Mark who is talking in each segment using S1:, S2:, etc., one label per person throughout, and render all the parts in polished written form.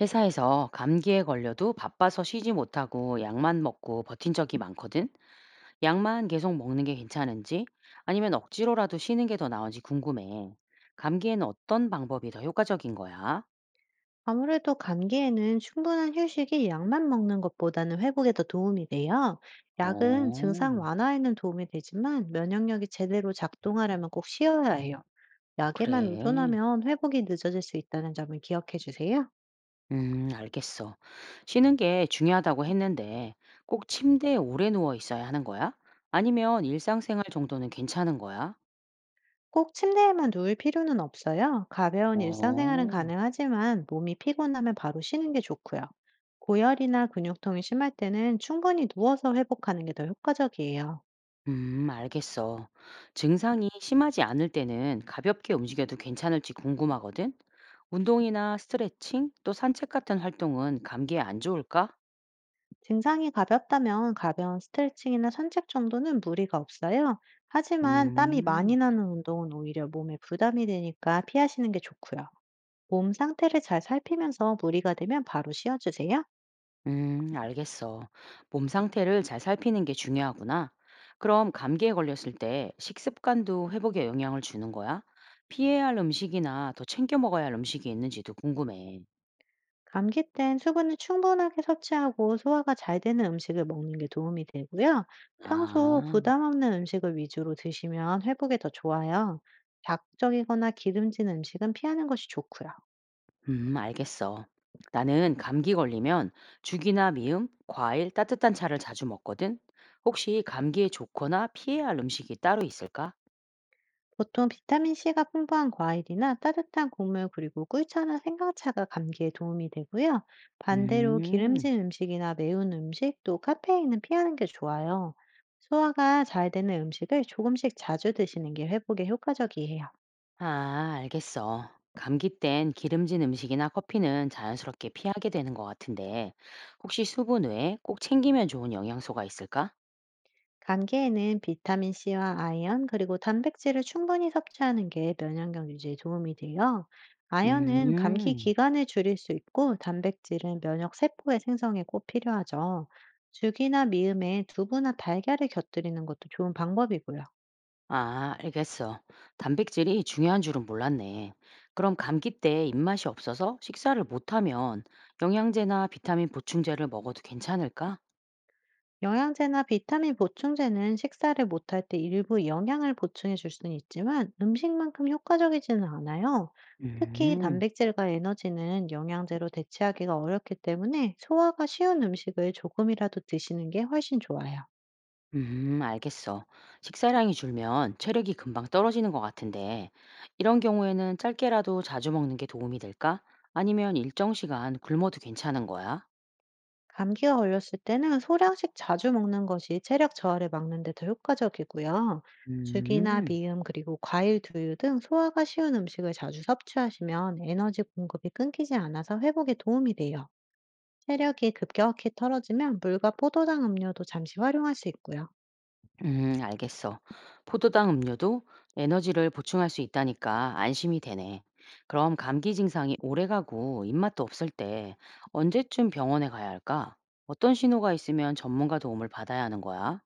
S1: 회사에서 감기에 걸려도 바빠서 쉬지 못하고 약만 먹고 버틴 적이 많거든. 약만 계속 먹는 게 괜찮은지 아니면 억지로라도 쉬는 게 더 나은지 궁금해. 감기에는 어떤 방법이 더 효과적인 거야?
S2: 아무래도 감기에는 충분한 휴식이 약만 먹는 것보다는 회복에 더 도움이 돼요. 약은
S1: 어,
S2: 증상 완화에는 도움이 되지만 면역력이 제대로 작동하려면 꼭 쉬어야 해요. 약에만
S1: 그래.
S2: 의존하면 회복이 늦어질 수 있다는 점을 기억해 주세요.
S1: 알겠어. 쉬는 게 중요하다고 했는데 꼭 침대에 오래 누워 있어야 하는 거야? 아니면 일상생활 정도는 괜찮은 거야?
S2: 꼭 침대에만 누울 필요는 없어요. 가벼운 일상생활은
S1: 어.
S2: 가능하지만 몸이 피곤하면 바로 쉬는 게 좋고요. 고열이나 근육통이 심할 때는 충분히 누워서 회복하는 게 더 효과적이에요.
S1: 알겠어. 증상이 심하지 않을 때는 가볍게 움직여도 괜찮을지 궁금하거든? 운동이나 스트레칭, 또 산책 같은 활동은 감기에 안 좋을까?
S2: 증상이 가볍다면 가벼운 스트레칭이나 산책 정도는 무리가 없어요. 하지만 땀이 많이
S1: 음,
S2: 나는 운동은 오히려 몸에 부담이 되니까 피하시는 게 좋고요. 몸 상태를 잘 살피면서 무리가 되면 바로 쉬어주세요.
S1: 알겠어. 몸 상태를 잘 살피는 게 중요하구나. 그럼 감기에 걸렸을 때 식습관도 회복에 영향을 주는 거야? 피해야 할 음식이나 더 챙겨 먹어야 할 음식이 있는지도 궁금해.
S2: 감기 땐 수분을 충분하게 섭취하고 소화가 잘 되는 음식을 먹는 게 도움이 되고요. 평소
S1: 아.
S2: 부담 없는 음식을 위주로 드시면 회복에 더 좋아요. 자극적이거나 기름진 음식은 피하는 것이 좋고요.
S1: 알겠어. 나는 감기 걸리면 죽이나 미음, 과일, 따뜻한 차를 자주 먹거든. 혹시 감기에 좋거나 피해야 할 음식이 따로 있을까?
S2: 보통 비타민C가 풍부한 과일이나 따뜻한 국물 그리고 꿀차나 생강차가 감기에 도움이 되고요. 반대로
S1: 음,
S2: 기름진 음식이나 매운 음식 또 카페인은 피하는 게 좋아요. 소화가 잘 되는 음식을 조금씩 자주 드시는 게 회복에 효과적이에요.
S1: 아, 알겠어. 감기 땐 기름진 음식이나 커피는 자연스럽게 피하게 되는 것 같은데, 혹시 수분 외에 꼭 챙기면 좋은 영양소가 있을까?
S2: 감기에는 비타민 C와 아연, 그리고 단백질을 충분히 섭취하는 게 면역력 유지에 도움이 돼요. 아연은 감기
S1: 음.
S2: 기간을 줄일 수 있고, 단백질은 면역 세포의 생성에 꼭 필요하죠. 죽이나 미음에 두부나 달걀을 곁들이는 것도 좋은 방법이고요.
S1: 아, 알겠어. 단백질이 중요한 줄은 몰랐네. 그럼 감기 때 입맛이 없어서 식사를 못하면 영양제나 비타민 보충제를 먹어도 괜찮을까?
S2: 영양제나 비타민 보충제는 식사를 못할 때 일부 영양을 보충해 줄 수는 있지만 음식만큼 효과적이지는 않아요. 특히
S1: 음,
S2: 단백질과 에너지는 영양제로 대체하기가 어렵기 때문에 소화가 쉬운 음식을 조금이라도 드시는 게 훨씬 좋아요.
S1: 알겠어. 식사량이 줄면 체력이 금방 떨어지는 것 같은데, 이런 경우에는 짧게라도 자주 먹는 게 도움이 될까? 아니면 일정 시간 굶어도 괜찮은 거야?
S2: 감기가 걸렸을 때는 소량씩 자주 먹는 것이 체력 저하를 막는 데 더 효과적이고요. 죽이나
S1: 음.
S2: 미음 그리고 과일, 두유 등 소화가 쉬운 음식을 자주 섭취하시면 에너지 공급이 끊기지 않아서 회복에 도움이 돼요. 체력이 급격히 떨어지면 물과 포도당 음료도 잠시 활용할 수 있고요.
S1: 알겠어. 포도당 음료도 에너지를 보충할 수 있다니까 안심이 되네. 그럼 감기 증상이 오래가고 입맛도 없을 때 언제쯤 병원에 가야 할까? 어떤 신호가 있으면 전문가 도움을 받아야 하는 거야?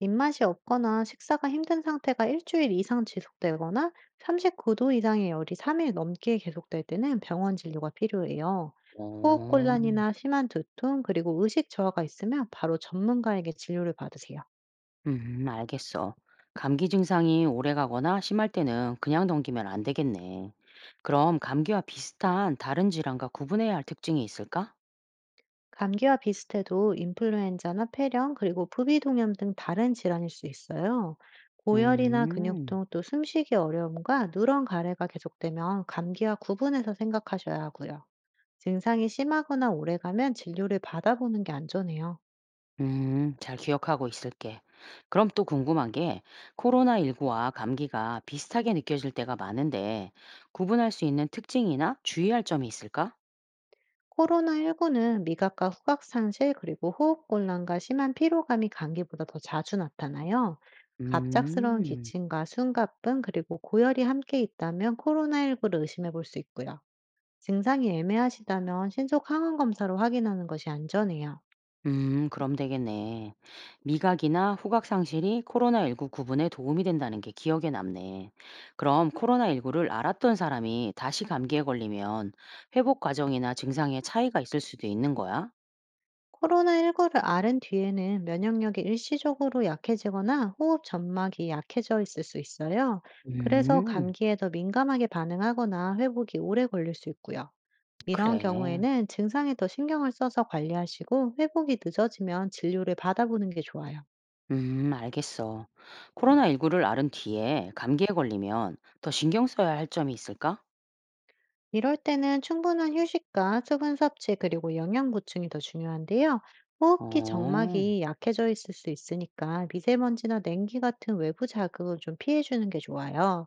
S2: 입맛이 없거나 식사가 힘든 상태가 1주일 이상 지속되거나 39도 이상의 열이 3일 넘게 계속될 때는 병원 진료가 필요해요.
S1: 어,
S2: 호흡곤란이나 심한 두통, 그리고 의식 저하가 있으면 바로 전문가에게 진료를 받으세요.
S1: 알겠어. 감기 증상이 오래가거나 심할 때는 그냥 넘기면 안 되겠네. 그럼 감기와 비슷한 다른 질환과 구분해야 할 특징이 있을까?
S2: 감기와 비슷해도 인플루엔자나 폐렴, 그리고 부비동염 등 다른 질환일 수 있어요. 고열이나
S1: 음.
S2: 근육통, 또 숨쉬기 어려움과 누런 가래가 계속되면 감기와 구분해서 생각하셔야 하고요. 증상이 심하거나 오래가면 진료를 받아보는 게 안전해요.
S1: 잘 기억하고 있을게. 그럼 또 궁금한 게 코로나19와 감기가 비슷하게 느껴질 때가 많은데 구분할 수 있는 특징이나 주의할 점이 있을까?
S2: 코로나19는 미각과 후각 상실, 그리고 호흡곤란과 심한 피로감이 감기보다 더 자주 나타나요. 갑작스러운
S1: 음,
S2: 기침과 숨가쁨, 그리고 고열이 함께 있다면 코로나19를 의심해 볼 수 있고요. 증상이 애매하시다면 신속 항원 검사로 확인하는 것이 안전해요.
S1: 그럼 되겠네. 미각이나 후각 상실이 코로나19 구분에 도움이 된다는 게 기억에 남네. 그럼 코로나19를 알았던 사람이 다시 감기에 걸리면 회복 과정이나 증상에 차이가 있을 수도 있는 거야?
S2: 코로나19를 앓은 뒤에는 면역력이 일시적으로 약해지거나 호흡 점막이 약해져 있을 수 있어요. 그래서
S1: 음,
S2: 감기에 더 민감하게 반응하거나 회복이 오래 걸릴 수 있고요. 이런
S1: 그래.
S2: 경우에는 증상에 더 신경을 써서 관리하시고 회복이 늦어지면 진료를 받아보는 게 좋아요.
S1: 알겠어. 코로나19를 앓은 뒤에 감기에 걸리면 더 신경 써야 할 점이 있을까?
S2: 이럴 때는 충분한 휴식과 수분 섭취 그리고 영양 보충이 더 중요한데요. 호흡기
S1: 어,
S2: 정막이 약해져 있을 수 있으니까 미세먼지나 냉기 같은 외부 자극을 좀 피해주는 게 좋아요.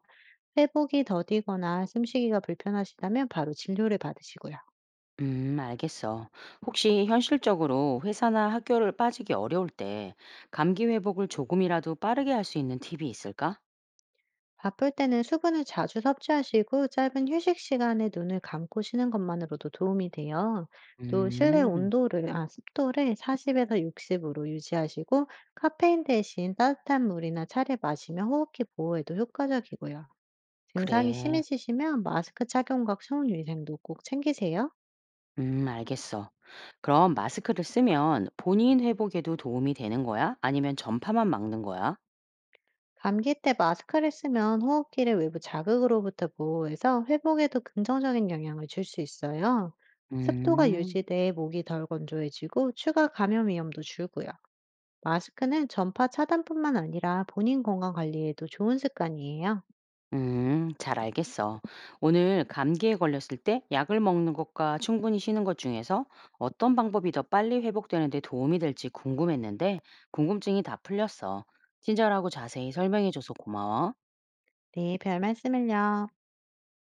S2: 회복이 더디거나 숨쉬기가 불편하시다면 바로 진료를 받으시고요.
S1: 알겠어. 혹시 현실적으로 회사나 학교를 빠지기 어려울 때 감기 회복을 조금이라도 빠르게 할 수 있는 팁이 있을까?
S2: 바쁠 때는 수분을 자주 섭취하시고 짧은 휴식 시간에 눈을 감고 쉬는 것만으로도 도움이 돼요. 또 실내
S1: 음,
S2: 온도를, 습도를 40에서 60으로 유지하시고 카페인 대신 따뜻한 물이나 차를 마시며 호흡기 보호에도 효과적이고요. 증상이
S1: 그래.
S2: 심해지시면 마스크 착용과 성유생도 꼭 챙기세요.
S1: 알겠어. 그럼 마스크를 쓰면 본인 회복에도 도움이 되는 거야? 아니면 전파만 막는 거야?
S2: 감기 때 마스크를 쓰면 호흡기를 외부 자극으로부터 보호해서 회복에도 긍정적인 영향을 줄 수 있어요. 습도가
S1: 음.
S2: 유지돼 목이 덜 건조해지고 추가 감염 위험도 줄고요. 마스크는 전파 차단뿐만 아니라 본인 건강 관리에도 좋은 습관이에요.
S1: 잘 알겠어. 오늘 감기에 걸렸을 때 약을 먹는 것과 충분히 쉬는 것 중에서 어떤 방법이 더 빨리 회복되는데 도움이 될지 궁금했는데 궁금증이 다 풀렸어. 친절하고 자세히 설명해줘서 고마워.
S2: 네, 별 말씀을요.